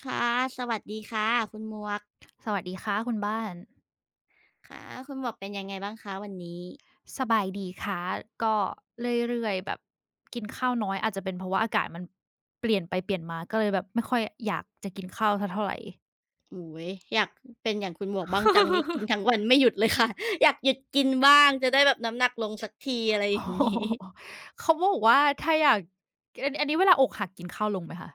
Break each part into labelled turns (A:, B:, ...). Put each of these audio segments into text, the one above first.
A: ค่ะสวัสดีค่ะคุณหมวก
B: สวัสดีค่ะคุณบ้าน
A: ค่ะคุณหมวกเป็นยังไงบ้างคะวันนี้
B: สบายดีค่ะก็เรื่อยๆแบบกินข้าวน้อยอาจจะเป็นเพราะว่าอากาศมันเปลี่ยนไปเปลี่ยนมาก็เลยแบบไม่ค่อยอยากจะกินข้าวสักเท่าไร
A: โอ้โฮอยากเป็นอย่างคุณหมวกบ้างจังนี่กินทั้งวันไม่หยุดเลยค่ะ อยากหยุดกินบ้างจะได้แบบน้ำหนักลงสักทีอะไรอ
B: โอ้
A: ย่าง
B: โฮ
A: งี้
B: เขาบอกว่าถ้าอยากอันนี้เวลาอกหักกินข้าวลงไหมคะ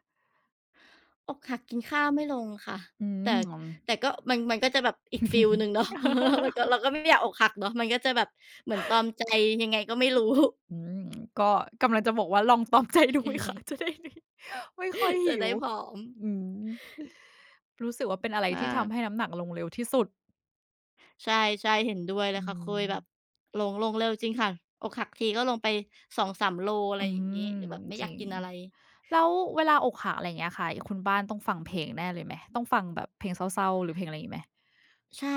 A: อกหักกินข้าวไม่ลงค่ะ
B: อื
A: แต่
B: ม
A: แต่ก็มันก็จะแบบอีกฟีลหนึ่งเนาะ มันก็เราก็ไม่อยากอกหักเนาะมันก็จะแบบเหมือนตรอมใจยังไงก็ไม่รู้
B: อืม ก็กำลังจะบอกว่าลองตอมใจดูไหมคะจะได้ดีไม่ค่อย
A: จะ
B: หิ
A: ได้
B: ว
A: ผอม
B: อืมรู้สึกว่าเป็นอะไร
A: อา
B: ที่ทำให้น้ำหนักลงเร็วที่สุด
A: ใช่ๆเห็นด้วยเล
B: อื
A: ยค่ะเค
B: ม
A: ยแบบหลงเร็วจริงค่ะอกหักทีก็ลงไปสองสามโลอะ
B: อื
A: ไรอย่างงี้
B: ม
A: แบบไม่
B: จ
A: อยา
B: ริ
A: ก
B: ง
A: กินอะไร
B: แล้วเวลาอกหักอะไรอย่างเงี้ยค่ะคุณบ้านต้องฟังเพลงแน่เลยไหมต้องฟังแบบเพลงเศร้าๆหรือเพลงอะไรงี้ไหม
A: ใช่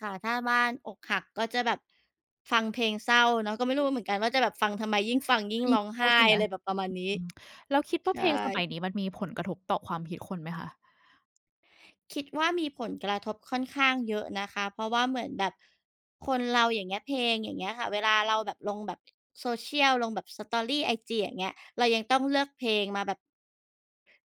A: ค่ะถ้าบ้านอกหักก็จะแบบฟังเพลงเศร้าเนาะก็ไม่รู้เหมือนกันว่าจะแบบฟังทำไมยิ่งฟังยิ่ง
B: ยิ่
A: ร้
B: ง
A: อง
B: เศร้า
A: ไห้
B: ใช่ไหม
A: อะไรแบบประมาณนี้
B: อืมแล้วคิด
A: ใช
B: ว่าเพลงสมัย
A: ่
B: นี้มันมีผลกระทบต่อความคิดคนไหมคะ
A: คิดว่ามีผลกระทบค่อนข้างเยอะนะคะเพราะว่าเหมือนแบบคนเราอย่างเงี้ยเพลงอย่างเงี้ยค่ะเวลาเราแบบลงแบบ social ลงแบบ story ไอจีอย่างเงี้ยเรายังต้องเลือกเพลงมาแบบ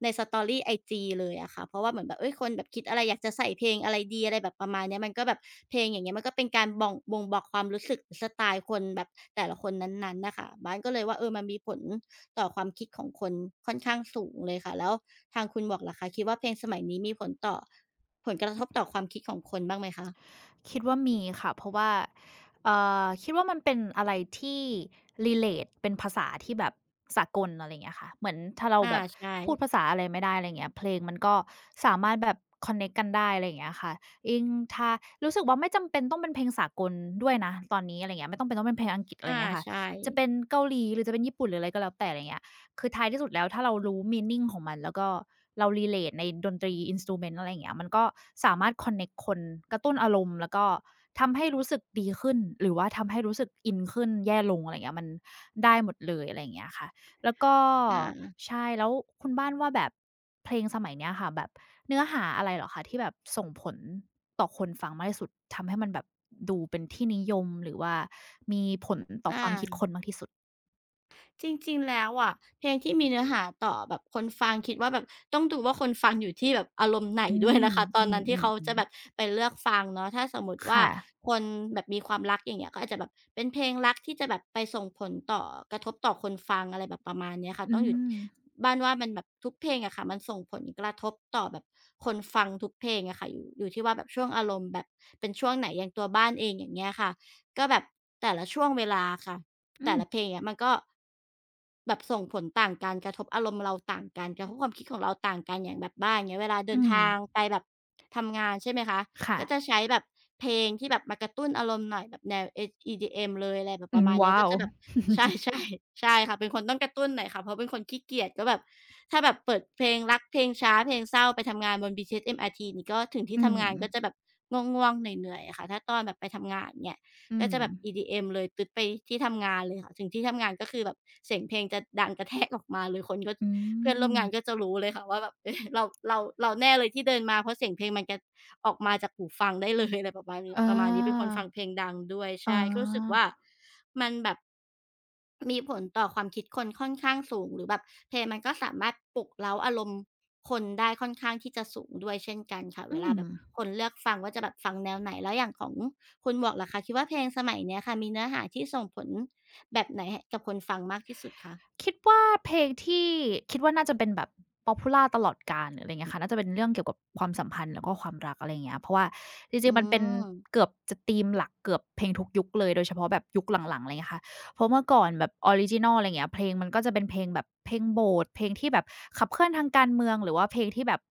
A: ใน Story ไอจีเลยอะค่ะเพราะว่าเหมือนแบบเอ้ยคนแบบคิดอะไรอยากจะใส่เพลงอะไรดีอะไรแบบประมาณเนี้ยมันก็แบบเพลงอย่างเงี้ยมันก็เป็นการบ่งบอกความรู้สึกสไตล์คนแบบแต่ละคนนั้นๆนะคะบ้านก็เลยว่าเออมันมีผลต่อความคิดของคนค่อนข้างสูงเลยค่ะแล้วทางคุณบอกล่ะคะคิดว่าเพลงสมัยนี้มีผลต่อผลกระทบต่อความคิดของคนบ้างไหมคะ
B: คิดว่ามีค่ะเพราะว่าเอ่คิดว่ามันเป็นอะไรที่ relate เป็นภาษาที่แบบสากลอะไรอย่างเงี้ยค่ะเหมือนถ้าเรา
A: อา
B: แบบ
A: ใช่
B: พูดภาษาอะไรไม่ได้อะไรอย่างเงี้ยเพลงมันก็สามารถแบบ connect กันได้อะไรอย่างเงี้ยค่ะยิ่งถ้ารู้สึกว่าไม่จำเป็นต้องเป็นเพลงสากลด้วยนะตอนนี้อะไรอย่างเงี้ยไม่จำเป็นต้องเป็นเพลงอังกฤษอะไรอ
A: อา
B: ย่างเงี้ยค่ะ
A: ใช่
B: จะเป็นเกาหลีหรือจะเป็นญี่ปุ่นหรืออะไรก็แล้วแต่อะไรอย่างเงี้ย คือท้ายที่สุดแล้วถ้าเรารู้ meaning ของมันแล้วก็เรา relate ในดนตรีอินสต u ูเมนต์อะไรอย่างเงี้ยมันก็สามารถคอนเน c t คนกระตุ้นอารมณ์แล้วก็ทำให้รู้สึกดีขึ้นหรือว่าทำให้รู้สึกอินขึ้นแย่ลงอะไรอย่างเงี้ยมันได้หมดเลยอะไรอย่างเงี้ยค่ะแล้วก็
A: อา
B: ใช่แล้วคุณบ้านว่าแบบเพลงสมัยเนี้ยค่ะแบบเนื้อหาอะไรเหรอคะที่แบบส่งผลต่อคนฟังมากที่สุดทำให้มันแบบดูเป็นที่นิยมหรือว่ามีผลต่
A: อ
B: อความคิดค
A: า
B: นมากที่สุด
A: จริงๆ แล้วอะเพลงที่มีเนื้อหาต่อแบบคนฟังคิดว่าแบบต้องดูว่าคนฟังอยู่ที่แบบอารมณ์ไหน
B: อื
A: ด้วย
B: ม
A: นะคะ ตอ
B: อื
A: นนั้นที่เขาจะ
B: อๆ
A: แบบ
B: ๆ
A: ไปเลือกฟังเนาะถ้าสมมุติว่า
B: ค่ะ
A: คนแบบมีความรักอย่างเงี้ยก็อาจจะแบบเป็นเพลงรักที่จะแบบไปส่งผลต่อกระทบต่อคนฟังอะไรแบบประมาณเนี้ยค่ะ
B: อื
A: ต้องอยู่
B: ม
A: บ้านว่ามันแบบทุกเพลงอะค่ะมันส่งผลกระทบต่อแบบคนฟังทุกเพลงอะค่ะอยู่ที่ว่าแบบช่วงอารมณ์แบบเป็นช่วงไหนอย่างตัวบ้านเองอย่างเงี้ยค่ะก็แบบแต่ละช่วงเวลาค่ะ
B: อื
A: แต่ละเพล
B: ม
A: งเนี่ยมันก็แบบส่งผลต่างกันกระทบอารมณ์เราต่างกันกระทบความคิดของเราต่างกันอย่างแบบบ้านอย่างเงี้ยเวลาเดิ
B: อื
A: น
B: ม
A: ทางไปแบบทำงานใช่ไหมคะ
B: ค่ะ
A: ก็จะใช้แบบเพลงที่แบบมากระตุ้นอารมณ์หน่อยแบบแนวEDM เลยอะไรแบบ
B: อื
A: ประ
B: ม
A: มาณเนี้ย
B: ว้า
A: ก็
B: ว
A: จะแบบใช่ ๆใช่ค่ะเป็นคนต้องกระตุ้นหน่อยค่ะเพราะเป็นคนขี้เกียจก็แบบถ้าแบบเปิดเพลงรักเพลงช้าเพลงเศร้าไปทำงานบน BTS MRT นี่ก็ถึงที่
B: อืม
A: ทำงานก็จะแบบง่วงๆเหนื่อยๆอะค่ะถ้าตอนแบบไปทำงานเงี้ย
B: อื
A: ก็
B: ม
A: จะแบบ EDM เอ็มเลยตึ๊ดไปที่ทำงานเลยค่ะถึงที่ทำงานก็คือแบบเสียงเพลงจะดังกระแทกออกมาเลยคนก็
B: อื
A: เพื่อนร่วม
B: ม
A: งานก็จะรู้เลยค่ะว่าแบบเอ๊ะเราแน่เลยที่เดินมาเพราะเสียงเพลงมันจะออกมาจากหูฟังได้เลยอะไรประมาณนี้
B: เออ
A: ประมาณนี้เป็นคนฟังเพลงดังด้วย
B: อ๋อ
A: ใช่ก็รู้สึกว่ามันแบบ มีผลต่อความคิดคนค่อนข้างสูงหรือแบบเพลงมันก็สามารถปลุกเร้าอารมณ์คนได้ค่อนข้างที่จะสูงด้วยเช่นกันค่ะเว
B: อื
A: ลา
B: ม
A: แบบคนเลือกฟังว่าจะแบบฟังแนวไหนแล้วอย่างของคุณหมวกล่ะคะคิดว่าเพลงสมัยเนี้ยค่ะมีเนื้อหาที่ส่งผลแบบไหนให้กับคนฟังมากที่สุดคะ
B: คิดว่าเพลงที่คิดว่าน่าจะเป็นแบบ Popular ตลอดกาลหรืออะไรเงี้ยค่ะน่าจะเป็นเรื่องเกี่ยวกับความสัมพันธ์แล้วก็ความรักอะไรอย่างเงี้ยเพราะว่าจริ
A: อื
B: งๆมันเป็น
A: ม
B: เกือบจะธีมหลักเกือบเพลงทุกยุคเลยโดยเฉพาะแบบยุคหลังๆอะไรเงี้ยค่ะ เพราะเมื่อก่อนแบบออริจินัลอะไรเงี้ยเพลงมันก็จะเป็นเพลงแบบเพลงโบสถ์เพลงที่แบบขับเคลื่อนทางการเมืองหรือว่าเพลงที่แบบ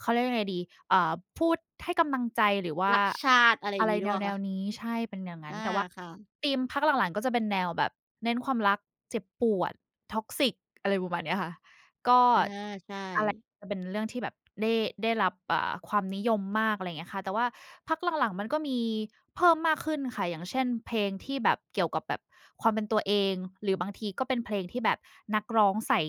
B: เขาเรียกยังไงดีเอ่อพูดให้กำลังใจหรือว่า
A: รักชาติอะไรอ
B: อะ
A: ย่า
B: ไร
A: งงี้หรือเปล่า
B: แน
A: คะ
B: วๆนี้ใช่เป็นอย่างงั้น
A: อา
B: แต่ว่า
A: ค่ะ
B: ธีมพักหลังๆก็จะเป็นแนวแบบเน้นความรักเจ็บปวด toxic อะไรประมาณเนี้ยค่ะ ก็
A: อาใช่
B: อะไรจะเป็นเรื่องที่แบบได้ได้รับความนิยมมากอะไรอย่างเงี้ยค่ะแต่ว่าพักหลังๆมันก็มีเพิ่มมากขึ้นค่ะอย่างเช่นเพลงที่แบบเกี่ยวกับแบบความเป็นตัวเองหรือบางทีก็เป็นเพลงที่แบบนักร้องใส่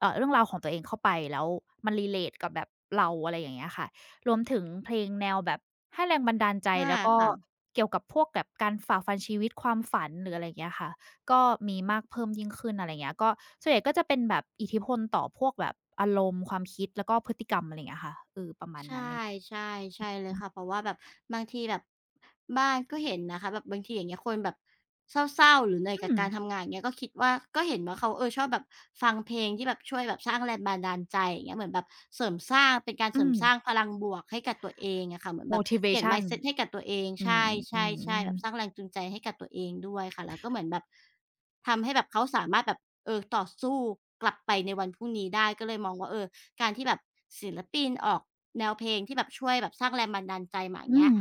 B: เรื่องราวของตัวเองเข้าไปแล้วมัน relate กับแบบเราอะไรอย่างเงี้ยค่ะรวมถึงเพลงแนวแบบให้แรงบันดาลใจ
A: อา
B: แล้วก็
A: ค่ะ
B: เกี่ยวกับพวกแบบการฝ่าฟันชีวิตความฝันหรืออะไรอย่างเงี้ยค่ะ ก็มีมากเพิ่มยิ่งขึ้นอะไรเงี้ยก็ส่วนใหญ่ก็จะเป็นแบบอิทธิพลต่อพวกแบบอารมณ์ความคิดแล้วก็พฤติกรรมอะไรเงี้ยค่ะเออประมาณ
A: ใช่
B: นั้นไรเงี้ย
A: ใช่ใช่เลย
B: อื
A: ค่ะเพราะว่าแบบบางทีแบบบ้านก็เห็นนะคะแบบบางทีอย่างเงี้ยคนแบบเศร้าๆหรือเหนื่อยกับ
B: ม
A: การทำงานอย่างเงี้ยก็คิดว่าก็เห็นว่าเขาเออชอบแบบฟังเพลงที่แบบช่วยแบบสร้างแรงบันดาลใจอย่างเงี้ยเหมือนแบบเสริมสร้างเป็นการเส
B: อื
A: ริม
B: ม
A: สร้างพลังบวกให้กับตัวเองอะค่ะเหมือนแบบเปลี่ยน
B: motivation
A: mindset ให้กับตัวเอง
B: อื
A: ใช
B: มอื
A: ่ๆๆแบ
B: ม
A: บสร้างแรงจูงใจให้กับตัวเองด้วยค่ะแล้วก็เหมือนแบบทำให้แบบเขาสามารถแบบเออต่อสู้กลับไปในวันพรุ่งนี้ได้ก็เลยมองว่าเออการที่แบบศิลปินออก แนวเพลงที่แบบช่วยแบบสร้างแรงบันดาลใจมาอย่าง
B: อื
A: เงี้
B: ม
A: ย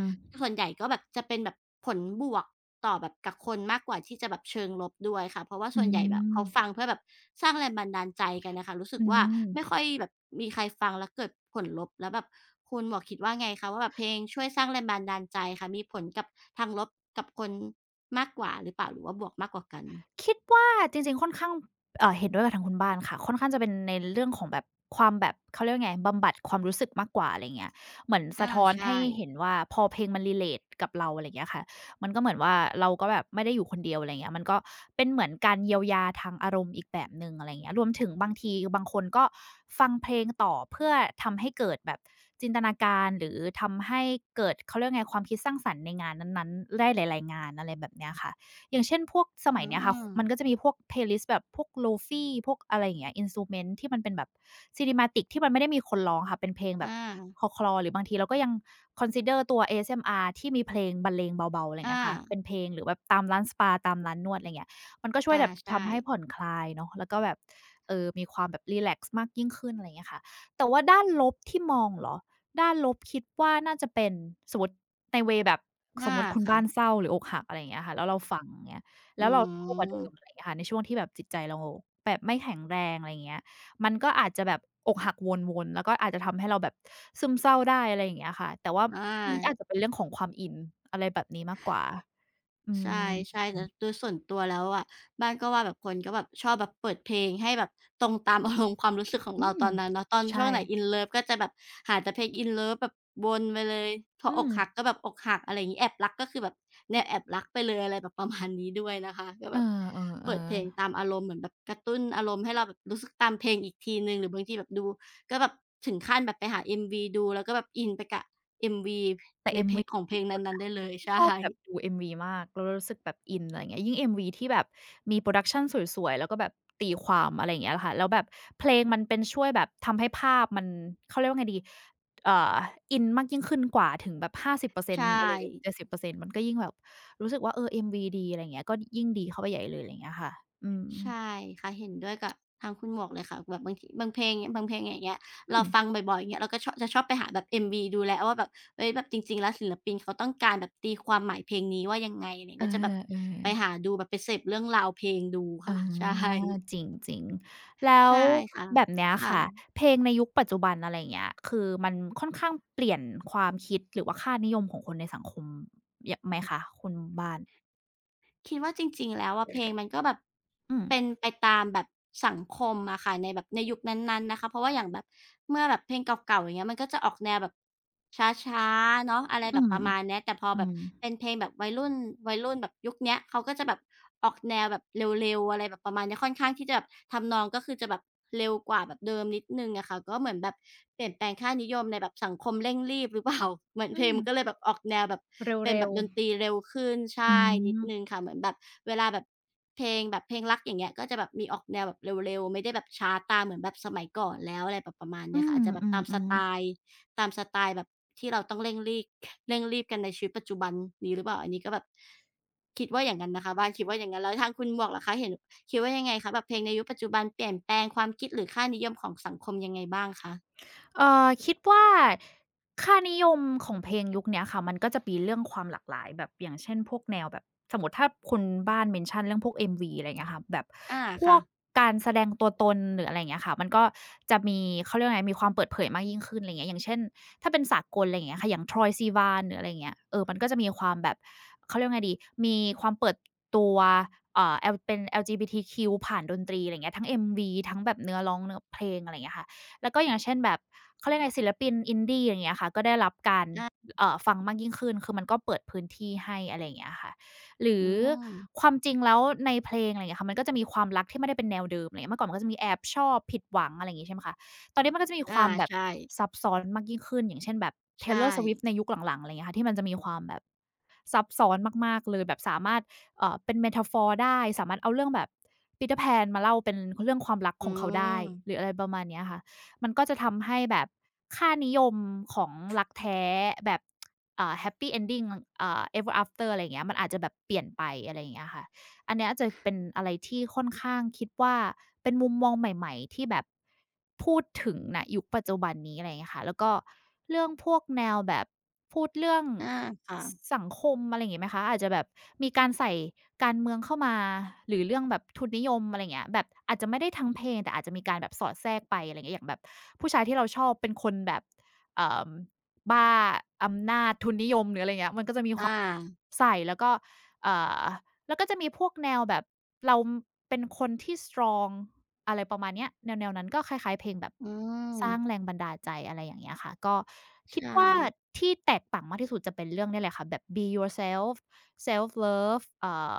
A: ส่วนใหญ่ก็แบบจะเป็นแบบผลบวกต่อแบบกับคนมากกว่าที่จะแบบเชิงลบด้วยค่ะเพราะว่า
B: อื
A: ส่วนใหญ่แบบ
B: ม
A: เขาฟังเพื่อแบบสร้างแรงบันดาลใจกันน่ะค่ะรู้สึก
B: อื
A: ว่า
B: ม
A: ไม่ค่อยแบบมีใครฟังแล้วเกิดผลลบแล้วแบบคุณหมวกคิดว่าไงคะว่าแบบเพลงช่วยสร้างแรงบันดาลใจค่ะมีผลกับทางลบกับคนมากกว่าหรือเปล่าหรือว่าบวกมากกว่ากัน
B: คิดว่าจริงๆค่อนข้างเห็นด้วยกับทางคุณบ้านค่ะค่อนข้างจะเป็นในเรื่องของแบบความแบบเขาเรียกว่าไงบำบัดความรู้สึกมากกว่าอะไรเงี้ยเหมือนสะ
A: อา
B: ท้อนให้
A: ใช่
B: เห็นว่าพอเพลงมัน relate กับเราอะไรเงี้ยค่ะมันก็เหมือนว่าเราก็แบบไม่ได้อยู่คนเดียวอะไรเงี้ยมันก็เป็นเหมือนการเยียวยาทางอารมณ์อีกแบบหนึ่งอะไรเงี้ยรวมถึงบางทีบางคนก็ฟังเพลงต่อเพื่อทำให้เกิดแบบจินตนาการหรือทำให้เกิดเขาเรียกว่าไงความคิดสร้างสรรค์ในงานนั้นๆได้หลายๆงานอะไรแบบเนี้ยค่ะ อย่างเช่นพวกสมั
A: อื
B: ยเนี้ยค่ะมันก็
A: ม
B: จะมีพวกเพลย์ลิสต์แบบพวก Lofi พวกอะไรอย่างเงี้ย Instrument ที่มันเป็นแบบ Cinematic ที่มันไม่ได้มีคนร้องค่ะเป็นเพลงแบบ
A: อา
B: คลอๆหรือบางทีเราก็ยัง consider ตัว ASMR ที่มีเพลงบรรเลงเบาๆอะไรอย่างเงี้
A: อา
B: ยค่ะเป็นเพลงหรือแบบตามร้านสปาตามร้านนวดอะไรอย่างเงี้ยมันก็ช่วย
A: อา
B: แบบ
A: ใช่
B: ทำให้ผ่อนคลายเนาะแล้วก็แบบมีความแบบรีแลกซ์มากยิ่งขึ้นอะไรอย่างเงี้ยค่ะแต่ว่าด้านลบที่มองเหรอด้านลบคิดว่าน่าจะเป็นสมมุติ ในเวย์แบบสม
A: อา
B: มุติคุณ
A: ค่ะ
B: บ้านเศร้าหรืออกหักอะไรอย่างเงี้ยค่ะแล้วเราฟังอย่างเงี้ยแล้ว
A: อื
B: เราเศร้ากว่า
A: ม
B: เดิมอะไรอย่างเงี้ยค่ะในช่วงที่แบบจิตใจเราแบบไม่แข็งแรงอะไรอย่างเงี้ยมันก็อาจจะแบบอกหักวนๆแล้วก็อาจจะทำให้เราแบบซึมเศร้าได้อะไรอย่างเงี้ยค่ะแต่ว่า
A: อ
B: มันก็
A: า
B: อาจจะเป็นเรื่องของความอินอะไรแบบนี้มากกว่าอื
A: ใช่
B: ม
A: ใช่แต่โดยส่วนตัวแล้วอะบ้านก็ว่าแบบคนก็แบบชอบแบบเปิดเพลงให้แบบตรงตามอารมณ์ความรู้สึกของ
B: อื
A: เรา
B: ม
A: ตอนนั้นเนาะตอน
B: ใช่
A: ช่วงไหน in love ก็จะแบบหาแต่เพลง in love แบบวนไปเลยพ
B: อื
A: ออ
B: ม
A: กหักก็แบบอกหักอะไรอย่างงี้แอบรักก็คือแบบแนวแอบรักไปเลยอะไรแบบประมาณนี้ด้วยนะคะก็
B: เ
A: แบบ
B: ออ
A: เปิดเพลงตามอารมณ์เหมือนแบบกระตุ้นอารมณ์ให้เราแบบรู้สึกตามเพลงอีกทีหนึ่งหรือบางทีแบบดูก็แบบถึงขั้นแบบไปหา MV ดูแล้วก็แบบอินไปกับ MV
B: ๆๆแต่
A: ในเพล
B: MV
A: งของเพลงนั้นๆได้เลย
B: ที่
A: ใช่
B: ชอบแบบดู MV มากแล้วเรารู้สึกแบบอินอะไรอย่างเงี้ยยิ่ง MV ที่แบบมี production สวยๆแล้วก็แบบตีความอะไรอย่างเงี้ยค่ะแล้วแบบเพลงมันเป็นช่วยแบบทำให้ภาพมันเขาเรียกว่าไงดีเอ่ออินมากยิ่งขึ้นกว่าถึงแบบ
A: ใช่
B: 50%อร์เซ็นต์อะไรอย่างเงี้ย70%มันก็ยิ่งแบบรู้สึกว่าเออ MV ดีอะไรอย่างเงี้ยก็ยิ่งดีเข้าไปใหญ่เลยอะไรอย่างเงี้ยค่ะอืม
A: ใช่ค่ะเห็นด้วยกับทางคุณหมวกเลยค่ะแบบบางทีบางเพลงบางเพลงอย่างเงี้ยเรา
B: อืม
A: ฟังบ่อยๆอย่างเงี้ยเราก็ชอบจะชอบไปหาแบบ MV ดูแล้วว่าแบบเฮ้ยแบบจริงๆแล้วศิลปินเขาต้องการแบบตีความหมายเพลงนี้ว่ายังไงอะไร
B: เออ
A: เงี้ยก็จะแบบไปหา
B: ๆ
A: ดูแบบไปเสพเรื่องราวเพลงดู
B: อา
A: ค่ะใช่
B: จริงๆแล้ว
A: ใช่ค่ะ
B: แบบเนี้ยค่ะ
A: ค่ะ
B: เพลงในยุคปัจจุบันอะไรอย่างเงี้ยคือมันค่อนข้างเปลี่ยนความคิดหรือว่าค่านิยมของคนในสังคมยไหมคะคุณบ้าน
A: คิดว่าจริงๆแล้วอะเพลงมันก็แบบ
B: อืม
A: เป็นไปตามแบบสังคมอะค่ะในแบบในยุคนั้นๆนะคะเพราะว่าอย่างแบบเมื่อแบบเพลงเก่าๆอย่างเงี้ยมันก็จะออกแนวแบบช้าๆเนาะอะไร
B: อื
A: แบบ
B: ม
A: ประมาณเนี้ยแต่พอ
B: อื
A: แบบ
B: ม
A: เป็นเพลงแบบวัยรุ่นแบบยุคเนี้ยเขาก็จะแบบ ออกแนวแบบเร็วๆอะไรแบบประมาณเนี้ยค่อนข้างที่จะแบบทำนองก็คือจะแบบเร็วกว่าแบบเดิมนิดหนึ่งอะค่ะก็เหมือนแบบเปลี่ยนแปลงค่านิยมในแบบสังคมเร่งรีบหรือเปล่า เหมือน
B: อื
A: เพลง
B: ม
A: มันก็เลยแบบออกแนวแบบเป็น
B: เร็
A: แบ
B: ว
A: บดนตรีเร็วขึ้น
B: ๆอื
A: ใช่นิด
B: ม
A: หนึ่งค่ะเหมือนแบบเวลาแบบเพลงแบบเพลงรักอย่างเงี้ยก็จะแบบมีออกแนวแบบเร็วๆไม่ได้แบบช้าตามเหมือนแบบสมัยก่อนแล้วอะไรแบบประมาณ
B: อื
A: เนี้ยค่ะ
B: ม
A: อาจจะแบ
B: อื
A: บตามส
B: ม
A: ไต
B: ๆ
A: ล์ ตามสไตล์แบบที่เราต้องเร่งรีบ เร่งรีบกันในชีวิตปัจจุบันนี้หรือเปล่าอันนี้ก็แบบคิดว่าอย่างงั้นนะคะบ้านคิดว่าอย่างงั้นแล้วทางคุณหมวกล่ะคะเห็นคิดว่ายังไงคะแบบเพลงในยุคปัจจุบันเปลี่ยนแปลงความคิดหรือค่านิยมของสังคมยังไงบ้างคะ
B: คิดว่าค่านิยมของเพลงยุคเนี้ยค่ะมันก็จะมีเรื่องความหลากหลายแบบอย่างเช่นพวกแนวแบบสมมุติถ้าคนบ้าน mention เรื่องพวก MV อะไรอย่างเงี้ยค่ะแบบ
A: อา
B: พว
A: ค่ะ
B: กการแสดงตัวตนหรืออะไรอย่างเงี้ยค่ะมันก็จะมีเขาเรียกว่าไงมีความเปิดเผยมากยิ่งขึ้นอะไรอย่างเงี้ยอย่างเช่นถ้าเป็นสากลอะไรอย่างเงี้ยค่ะอย่าง Troye Sivan หรืออะไรอย่างเงี้ยเออมันก็จะมีความแบบเขาเรียกว่าไงดีมีความเปิดตัวL เป็น LGBTQ ผ่านดนตรีอะไรอย่างเงี้ยทั้ง MV ทั้งแบบเนื้อร้องเนื้อเพลงอะไรอย่างเงี้ยค่ะ แล้วก็อย่างเช่นแบบเขาเรียกไงศิลปิน i n ด i ้อย่างเงี้ยค่ะก็ได้รับการ
A: อา
B: ฟังมากยิ่งขึ้นคือมันก็เปิดพื้นที่ให้อะไรอย่างเงี้ยค่ะหรื
A: อื
B: อค
A: ม
B: วามจริงแล้วในเพลงอะไรอย่างเงี้ยค่ะมันก็จะมีความรักที่ไม่ได้เป็นแนวเดิมอะไรเงี้ยเมื่อก่อนมันก็จะมีแอบชอบผิดหวังอะไรอย่างงี้ใช่ไหมคะตอนนี้มันก็จะมีค
A: อา
B: วามแบบ
A: ใช่
B: ซับซ้อนมากยิ่งขึ้นอย่างเช่นแบบ
A: ใช่
B: Taylor Swift ในยุคหลังๆอะไรเงี้ยค่ะที่มันจะมีความแบบซับซ้อนมากๆเลยแบบสามารถเป็น metaphor ได้สามารถเอาเรื่องแบบ Peter Pan มาเล่าเป็นเรื่องความรัก
A: อื
B: ของเขาได้
A: ม
B: หรืออะไรประมาณเนี้ยค่ะ มันก็จะทำให้แบบค่านิยมของรักแท้แบบเอ่า Happy Ending Ever After อะไรอย่างเงี้ยมันอาจจะแบบเปลี่ยนไปอะไรอย่างเงี้ยค่ะ อันเนี้ยจะเป็นอะไรที่ค่อนข้างคิดว่าเป็นมุมมองใหม่ๆที่แบบพูดถึงณยุคปัจจุบันนี้อะไรอย่างเงี้ยค่ะแล้วก็เรื่องพวกแนวแบบพูดเรื่อง
A: อา
B: ส
A: ค่ะ
B: สังคมอะไรอย่างงี้ไหมคะอาจจะแบบมีการใส่การเมืองเข้ามาหรือเรื่องแบบทุนนิยมอะไรอย่างเงี้ยแบบอาจจะไม่ได้ทั้งเพลงแต่อาจจะมีการแบบสอดแทรกไปอะไรอย่างเงี้ยอย่างแบบผู้ชายที่เราชอบเป็นคนแบบเอ่อบ้าอำนาจทุนนิยมหรืออะไรอย่างเงี้ยมันก็จะมีความ
A: อา
B: ใส่แล้วก็เอ่อ แล้วก็จะมีพวกแนวแบบเราเป็นคนที่สตรองอะไรประมาณเนี้ยแนวๆนั้นก็คล้ายๆเพลงแบบ
A: อืม
B: สร้างแรงบันดาลใจอะไรอย่างเงี้ยค่ะก็คิด
A: ใช่
B: ว่าที่แตกต่างมากที่สุดจะเป็นเรื่องเนี่ยแหละค่ะแบบ Be Yourself Self Love อ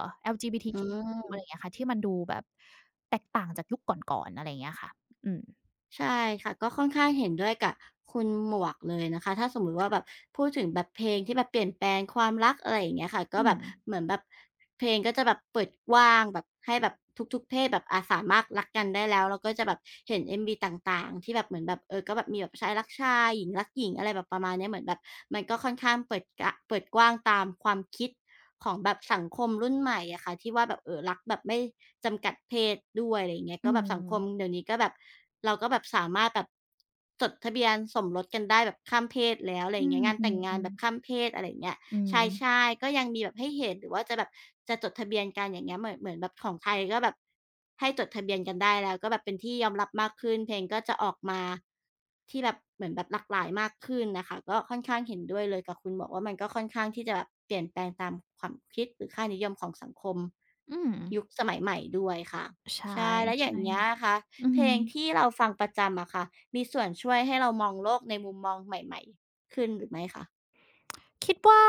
A: อื
B: LGBTQ อะ
A: ม
B: ไรอย่างเงี้ยค่ะที่มันดูแบบแตกต่างจากยุคก่อนๆอะไรอย่างเงี้ยค่ะอืม
A: ใช่ค่ะก็ค่อนข้างเห็นด้วยกับคุณหมวกเลยนะคะถ้าสมมุติว่าแบบพูดถึงแบบเพลงที่แบบเปลี่ยนแปลงความรักอะไรอย่างเงี้ยค่ะก็
B: อื
A: แบบ
B: ม
A: เหมือนแบบเพลงก็จะแบบเปิดกว้างแบบให้แบบทุกๆเพศแบบอาสามารถรักกันได้แล้วแล้วก็จะแบบเห็น m ีต่างๆที่แบบเหมือนแบบเออก็แบบมีแบบชายรักชายหญิงรักหญิงอะไรแบบประมาณเนี้ยเหมือนแบบมันก็ค่อนข้างเปิดกะเปิดกว้างตามความคิด ของแบบสังคมรุ่นใหม่อะค่ะที่ว่าแบบรักแบบไม่จำกัดเพศด้วยอะไรอย่างเงี้ย
B: อื
A: ก็แบบสัง
B: ม
A: คมเดี๋ยวนี้ก็แบบเราก็แบบสามารถแบบจดทะเบียนสมรสกันได้แบบข้ามเพศแล้วอะไรอ
B: อื
A: ย่างเงี้ยงานแต่งงาน
B: ม
A: แบบ
B: ๆ
A: ข้า
B: ๆ
A: มเพศอะไรอย่างเงี้ย
B: อื
A: ใช
B: ม
A: ่ๆก็ยังมีแบบให้เห็นหรือว่าจะแบบจะจดทะเบียนกันอย่างเงี้ยเหมือนแบบของไทยก็แบบให้จดทะเบียนกันได้แล้วก็แบบเป็นที่ยอมรับมากขึ้นเพลงก็จะออกมา ที่แบบเหมือนแบบหลากหลายมากขึ้นน่ะค่ะก็ค่อนข้างเห็นด้วยเลยกับคุณบอกว่ามันก็ค่อนข้างที่จะแบบเปลี่ยนแปลงตามความคิดหรือค่านิยมของสังคม
B: อืม
A: ยุคสมัยใหม่ด้วยค่ะ
B: ใช่
A: ใช่แล้วอย่างเงี้ยอะ
B: ๆ
A: คะ
B: อือ
A: เพ
B: ฮึ
A: ลงที่เราฟังประจำอะค่ะมีส่วนช่วยให้เรามองโลกในมุมมองใหม่ๆขึ้นหรือไม่คะ
B: คิดว่า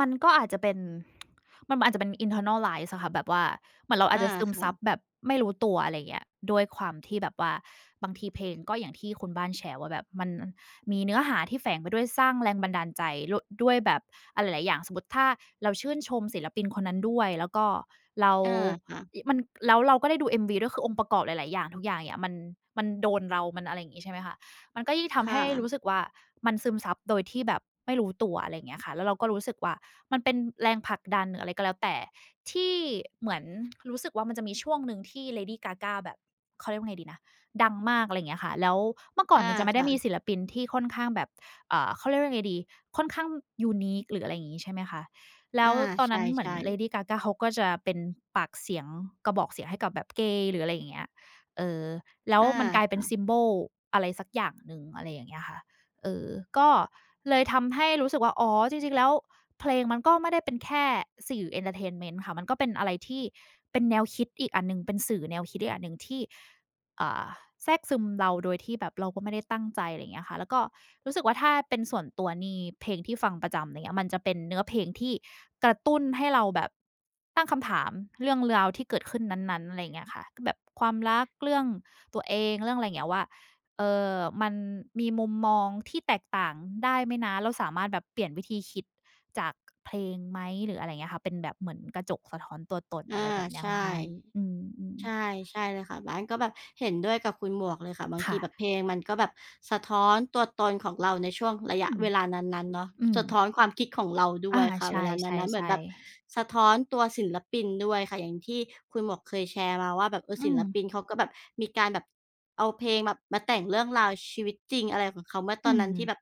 B: มันก็อาจจะเป็น มันอาจจะเป็น internalize อะค่ะแบบว่าเหมือนเราอาจ
A: อา
B: จะซึมซับ
A: ค่ะ
B: แบบไม่รู้ตัวอะไรอย่างเงี้ยด้วยความที่แบบว่าบางทีเพลงก็อย่างที่คุณบ้านแชร์ว่าแบบมันมีเนื้อหาที่แฝงไปด้วยสร้างแรงบันดาลใจรวด้วยแบบอะไรหลายๆอย่างสมมติถ้าเราชื่นชมศิลปินคนนั้นด้วยแล้วก็เรา
A: อาค่ะ
B: มันแล้วเราก็ได้ดูเอ็มว v ด้วยคือองค์ประกอบหลายๆอย่างทุกอย่างเนี่ยมันโดนเรามันอะไรอย่างงี้ใช่ไหมคะ มันก็ยิ่งทำ
A: ค่ะ
B: ให้รู้สึกว่ามันซึมซับโดยที่แบบไม่รู้ตัวอะไรอย่างเงี้ยค่ะแล้วเราก็รู้สึกว่ามันเป็นแรงผลักดันหรืออะไรก็แล้วแต่ที่เหมือนรู้สึกว่ามันจะมีช่วงหนึ่งที่ Lady Gaga แบบเขาเรียกว่าไงดีนะดังมากอะไรอย่างเงี้ยค่ะแล้วเมื่อก่อน
A: อา
B: มันจะไม่ได้มีศิ
A: ค่ะ
B: ลปินที่ค่อนข้างแบบเขาเรียกว่ายไงดีค่อนข้าง unique หรืออะไรอย่างงี้ใช่ไหมคะแล้
A: อา
B: วตอน
A: ใ
B: นั้นเหมือน
A: ช่
B: Lady
A: ๆ
B: Gaga เขาก็จะเป็นปากเสียงกระบอกเสียงให้กับแบบเกย์หรืออะไรอย่างเงี้ยเออ แล้ว
A: อ
B: มันกลายเป็น
A: า
B: symbol อะไรสักอย่างหนึ่งอะไรอย่างเงี้ยค่ะเออก็เลยทำให้รู้สึกว่าอ๋อจริงๆแล้วเพลงมันก็ไม่ได้เป็นแค่สื่อเอนเทอร์เทนเมนต์ค่ะมันก็เป็นอะไรที่เป็นแนวคิดอีกอันหนึ่งเป็นสื่อแนวคิดอีกอันหนึ่งที่อ่าแทรกซึมเราโดยที่แบบเราก็ไม่ได้ตั้งใจอะไรอย่างเงี้ยค่ะแล้วก็รู้สึกว่าถ้าเป็นส่วนตัวนี่เพลงที่ฟังประจำอะไรเงี้ยมันจะเป็นเนื้อเพลงที่กระตุ้นให้เราแบบตั้งคำถามเรื่องราวที่เกิดขึ้นนั้นๆอะไรอย่างเงี้ยค่ะก็แบบความรักเรื่อง ตัวเองเรื่องอะไรอย่างเงี้ยว่าเออมันมีมุมมองที่แตกต่างได้ไหมนะเราสามารถแบบเปลี่ยนวิธีคิดจากเพลงไหมหรืออะไรเงี้ยค่ะเป็นแบบเหมือนกระจกสะท้อนตัวตน
A: อา
B: อะไรแบบเนี้ย
A: ใช่
B: คุณบ้านอื
A: ใช่
B: ม
A: ใช่เลยค่ะบ้านก็แบบเห็นด้วยกับคุณหมวกเลยค่ะบา
B: ๆ
A: งที
B: ค่ะ
A: แบบเพลงมันก็แบบสะท้อนตัวตนของเราในช่วงระ
B: อื
A: ยะ
B: ม
A: เวลานั้นๆเนาะ
B: อืม
A: สะท้อนความคิดของเราด้ว
B: อา
A: ยค่ะเว
B: ใช่
A: ลา
B: ๆ่
A: นั้นๆเหมือน
B: ใช่
A: แบบสะท้อนตัวศิลปินด้วยค่ะอย่างที่คุณหมวกเคยแชร์มาว่าแบบเออ
B: อื
A: ศิ
B: ม
A: ลปินเขาก็แบบมีการแบบเอาเพลงแบบมาแต่งเรื่องราวชีวิตจริงอะไรของเขาเมื่อต
B: อื
A: อน
B: ม
A: นั้นที่แบบ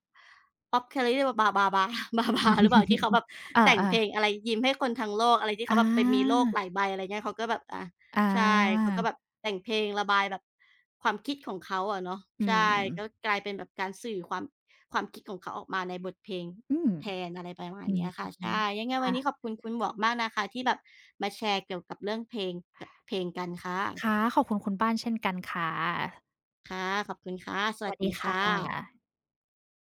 A: Off Carrie หรือบา บาบาบาบาหรือเปล่าที่เขาแบบ แต่ง
B: อา
A: เพล
B: ๆ
A: งอะไรยิ้มให้คนทั้งโลกอะไรที่
B: อ
A: เขาแบบไปมีโลก
B: า
A: หลายใบอะไรเงี้ยเขาก็แบบอา
B: อา
A: ใช่เขาก็แบบแต่งเพลงระบายแบบความคิดของเขาอะเนาะ
B: อื
A: ใช่
B: ม
A: ก็กลายเป็นแบบการสื่อความความคิดของเขาออกมาในบทเพลง
B: อืม
A: แทนอะไรประมาณ
B: อืม
A: เนี้ยค่ะใช่ยังไงวั
B: ค่ะ
A: นนี้ขอบคุณคุณหมวกมากนะคะที่แบบมาแชร์เกี่ยวกับเรื่องเพลงกันค
B: ค่ะ
A: ่ะ
B: ขอบคุณคุณบ้านเช่นกันค่ะ
A: ค่ะขอบคุณค่ะส
B: ส
A: วั
B: วั
A: ส
B: สดี
A: ดี
B: ค่ะ
A: ค่ะ